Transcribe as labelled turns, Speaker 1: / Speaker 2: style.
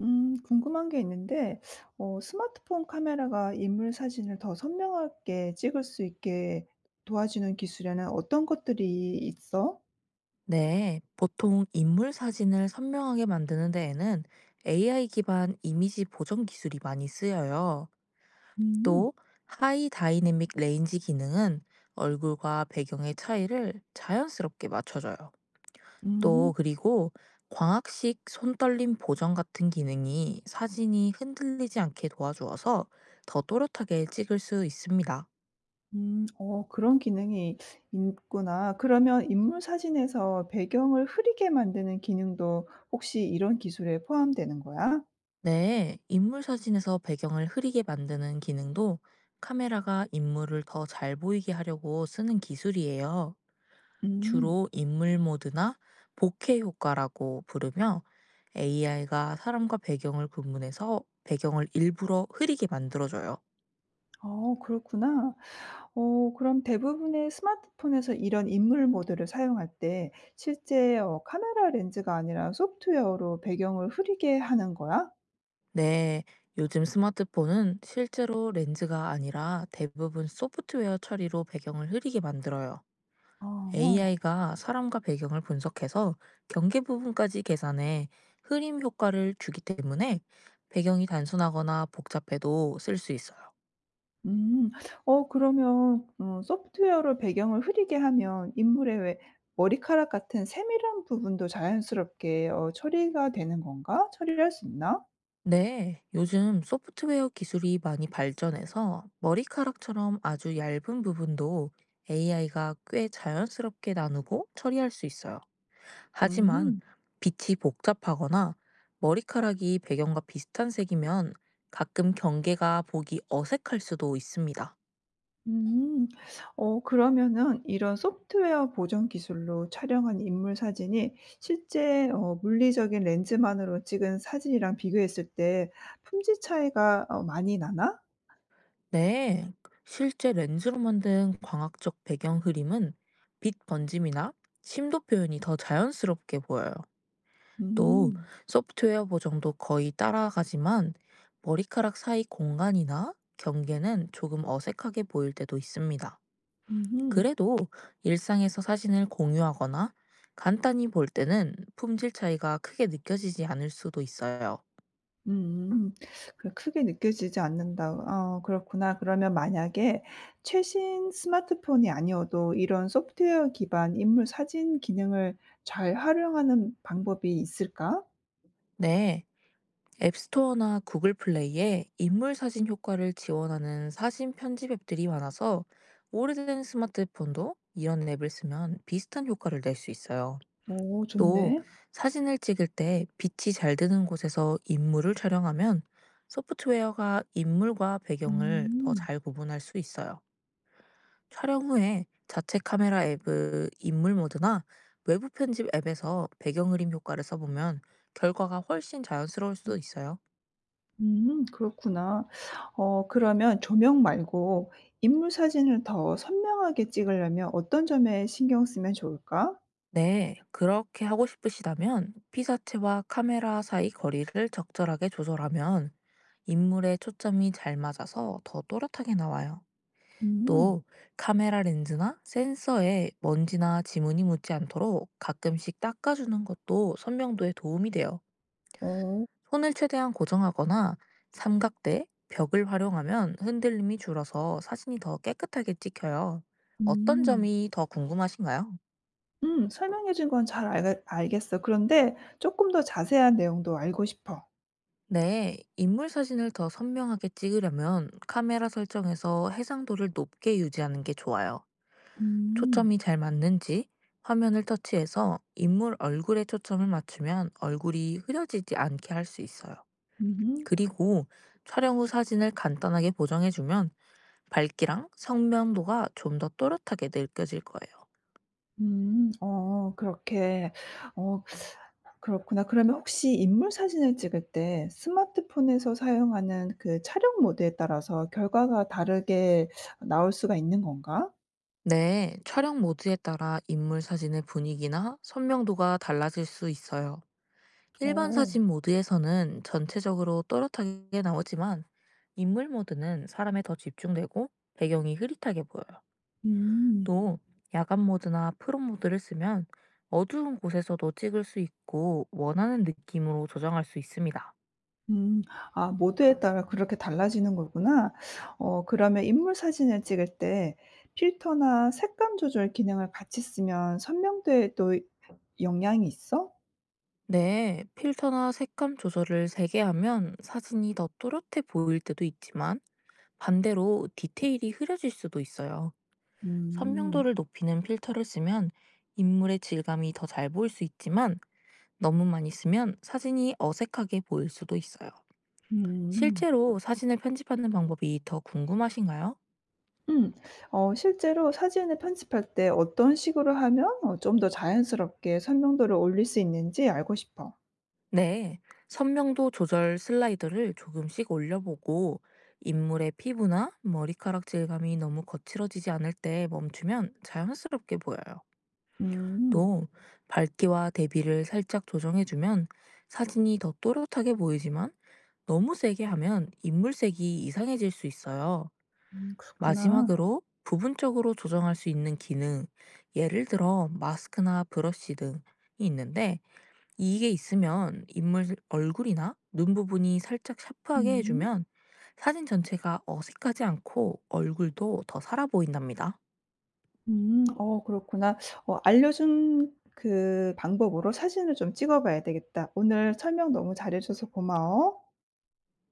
Speaker 1: 궁금한 게 있는데, 스마트폰 카메라가 인물 사진을 더 선명하게 찍을 수 있게 도와주는 기술에는 어떤 것들이 있어?
Speaker 2: 네, 보통 인물 사진을 선명하게 만드는 데에는 AI 기반 이미지 보정 기술이 많이 쓰여요.
Speaker 1: 음.
Speaker 2: 또, 하이 다이내믹 레인지 기능은 얼굴과 배경의 차이를 자연스럽게 맞춰줘요.
Speaker 1: 음.
Speaker 2: 그리고 광학식 손떨림 보정 같은 기능이 사진이 흔들리지 않게 도와주어서 더 또렷하게 찍을 수 있습니다.
Speaker 1: 음. 그런 기능이 있구나. 그러면 인물 사진에서 배경을 흐리게 만드는 기능도 혹시 이런 기술에 포함되는 거야?
Speaker 2: 네, 인물 사진에서 배경을 흐리게 만드는 기능도 카메라가 인물을 더 잘 보이게 하려고 쓰는 기술이에요.
Speaker 1: 음.
Speaker 2: 주로 인물 모드나 보케 효과라고 부르며, AI가 사람과 배경을 구분해서 배경을 일부러 흐리게 만들어줘요.
Speaker 1: 그렇구나. 그럼 대부분의 스마트폰에서 이런 인물 모드를 사용할 때 실제 카메라 렌즈가 아니라 소프트웨어로 배경을 흐리게 하는 거야?
Speaker 2: 네, 요즘 스마트폰은 실제로 렌즈가 아니라 대부분 소프트웨어 처리로 배경을 흐리게 만들어요.
Speaker 1: 어.
Speaker 2: AI가 사람과 배경을 분석해서 경계 부분까지 계산해 흐림 효과를 주기 때문에, 배경이 단순하거나 복잡해도 쓸 수 있어요.
Speaker 1: 음. 그러면 소프트웨어로 배경을 흐리게 하면 인물의 왜 머리카락 같은 세밀한 부분도 자연스럽게 처리가 되는 건가? 처리를 할 수 있나?
Speaker 2: 네, 요즘 소프트웨어 기술이 많이 발전해서 머리카락처럼 아주 얇은 부분도 AI가 꽤 자연스럽게 나누고 처리할 수 있어요. 하지만
Speaker 1: 음.
Speaker 2: 빛이 복잡하거나 머리카락이 배경과 비슷한 색이면, 가끔 경계가 보기 어색할 수도 있습니다.
Speaker 1: 음. 그러면은 이런 소프트웨어 보정 기술로 촬영한 인물 사진이 실제 물리적인 렌즈만으로 찍은 사진이랑 비교했을 때 품질 차이가 많이 나나?
Speaker 2: 네, 실제 렌즈로 만든 광학적 배경 흐림은 빛 번짐이나 심도 표현이 더 자연스럽게 보여요. 또,
Speaker 1: 음.
Speaker 2: 소프트웨어 보정도 거의 따라가지만 머리카락 사이 공간이나 경계는 조금 어색하게 보일 때도 있습니다.
Speaker 1: 음
Speaker 2: 그래도 일상에서 사진을 공유하거나 간단히 볼 때는 품질 차이가 크게 느껴지지 않을 수도 있어요.
Speaker 1: 음. 그 크게 느껴지지 않는다. 그렇구나. 그러면 만약에 최신 스마트폰이 아니어도 이런 소프트웨어 기반 인물 사진 기능을 잘 활용하는 방법이 있을까?
Speaker 2: 네, 앱스토어나 구글 플레이에 인물 사진 효과를 지원하는 사진 편집 앱들이 많아서, 오래된 스마트폰도 이런 앱을 쓰면 비슷한 효과를 낼 수 있어요.
Speaker 1: 오
Speaker 2: 또,
Speaker 1: 좋네.
Speaker 2: 사진을 찍을 때 빛이 잘 드는 곳에서 인물을 촬영하면 소프트웨어가 인물과 배경을 더
Speaker 1: 음.
Speaker 2: 잘 구분할 수 있어요. 촬영 후에 자체 카메라 앱의 인물 모드나 외부 편집 앱에서 배경 그림 효과를 써보면, 결과가 훨씬 자연스러울 수도 있어요.
Speaker 1: 그렇구나. 그러면 조명 말고 인물 사진을 더 선명하게 찍으려면 어떤 점에 신경 쓰면 좋을까?
Speaker 2: 네, 그렇게 하고 싶으시다면 피사체와 카메라 사이 거리를 적절하게 조절하면 인물의 초점이 잘 맞아서 더 또렷하게 나와요.
Speaker 1: 음.
Speaker 2: 또, 카메라 렌즈나 센서에 먼지나 지문이 묻지 않도록 가끔씩 닦아주는 것도 선명도에 도움이 돼요.
Speaker 1: 어.
Speaker 2: 손을 최대한 고정하거나 삼각대, 벽을 활용하면 흔들림이 줄어서 사진이 더 깨끗하게 찍혀요. 어떤
Speaker 1: 음.
Speaker 2: 점이 더 궁금하신가요?
Speaker 1: 설명해 준 건 잘 알겠어. 그런데 조금 더 자세한 내용도 알고 싶어.
Speaker 2: 네, 인물 사진을 더 선명하게 찍으려면 카메라 설정에서 해상도를 높게 유지하는 게 좋아요.
Speaker 1: 음.
Speaker 2: 초점이 잘 맞는지 화면을 터치해서 인물 얼굴에 초점을 맞추면 얼굴이 흐려지지 않게 할 수 있어요.
Speaker 1: 음음. 음.
Speaker 2: 그리고 촬영 후 사진을 간단하게 보정해주면 밝기랑 선명도가 좀 더 또렷하게 느껴질 거예요.
Speaker 1: 그렇게. 어 그렇구나. 그러면 혹시 인물 사진을 찍을 때 스마트폰에서 사용하는 그 촬영 모드에 따라서 결과가 다르게 나올 수가 있는 건가?
Speaker 2: 네, 촬영 모드에 따라 인물 사진의 분위기나 선명도가 달라질 수 있어요. 일반
Speaker 1: 어.
Speaker 2: 사진 모드에서는 전체적으로 또렷하게 나오지만, 인물 모드는 사람에 더 집중되고 배경이 흐릿하게 보여요.
Speaker 1: 음.
Speaker 2: 또, 야간 모드나 프롬 모드를 쓰면 어두운 곳에서도 찍을 수 있고 원하는 느낌으로 조정할 수 있습니다.
Speaker 1: 음. 아 모드에 따라 그렇게 달라지는 거구나. 그러면 인물 사진을 찍을 때 필터나 색감 조절 기능을 같이 쓰면 선명도에도 영향이 있어?
Speaker 2: 네, 필터나 색감 조절을 세게 하면 사진이 더 또렷해 보일 때도 있지만, 반대로 디테일이 흐려질 수도 있어요.
Speaker 1: 음.
Speaker 2: 선명도를 높이는 필터를 쓰면 인물의 질감이 더 잘 보일 수 있지만, 너무만 있으면 사진이 어색하게 보일 수도 있어요.
Speaker 1: 음.
Speaker 2: 실제로 사진을 편집하는 방법이 더 궁금하신가요?
Speaker 1: 음. 실제로 사진을 편집할 때 어떤 식으로 하면 좀 더 자연스럽게 설명도를 올릴 수 있는지 알고 싶어.
Speaker 2: 네. 선명도 조절 슬라이드를 조금씩 올려보고 인물의 피부나 머리카락 질감이 너무 거칠어지지 않을 때 멈추면 자연스럽게 보여요.
Speaker 1: 음.
Speaker 2: 또, 밝기와 대비를 살짝 조정해주면 사진이 더 또렷하게 보이지만, 너무 세게 하면 인물색이 이상해질 수 있어요.
Speaker 1: 그렇구나.
Speaker 2: 마지막으로 부분적으로 조정할 수 있는 기능, 예를 들어 마스크나 브러쉬 등이 있는데, 이게 있으면 인물 얼굴이나 눈 부분이 살짝 샤프하게
Speaker 1: 음.
Speaker 2: 해주면 사진 전체가 어색하지 않고 얼굴도 더 살아 보인답니다.
Speaker 1: 음. 그렇구나. 알려준 그 방법으로 사진을 좀 찍어 봐야 되겠다. 오늘 설명 너무 잘해 줘서 고마워.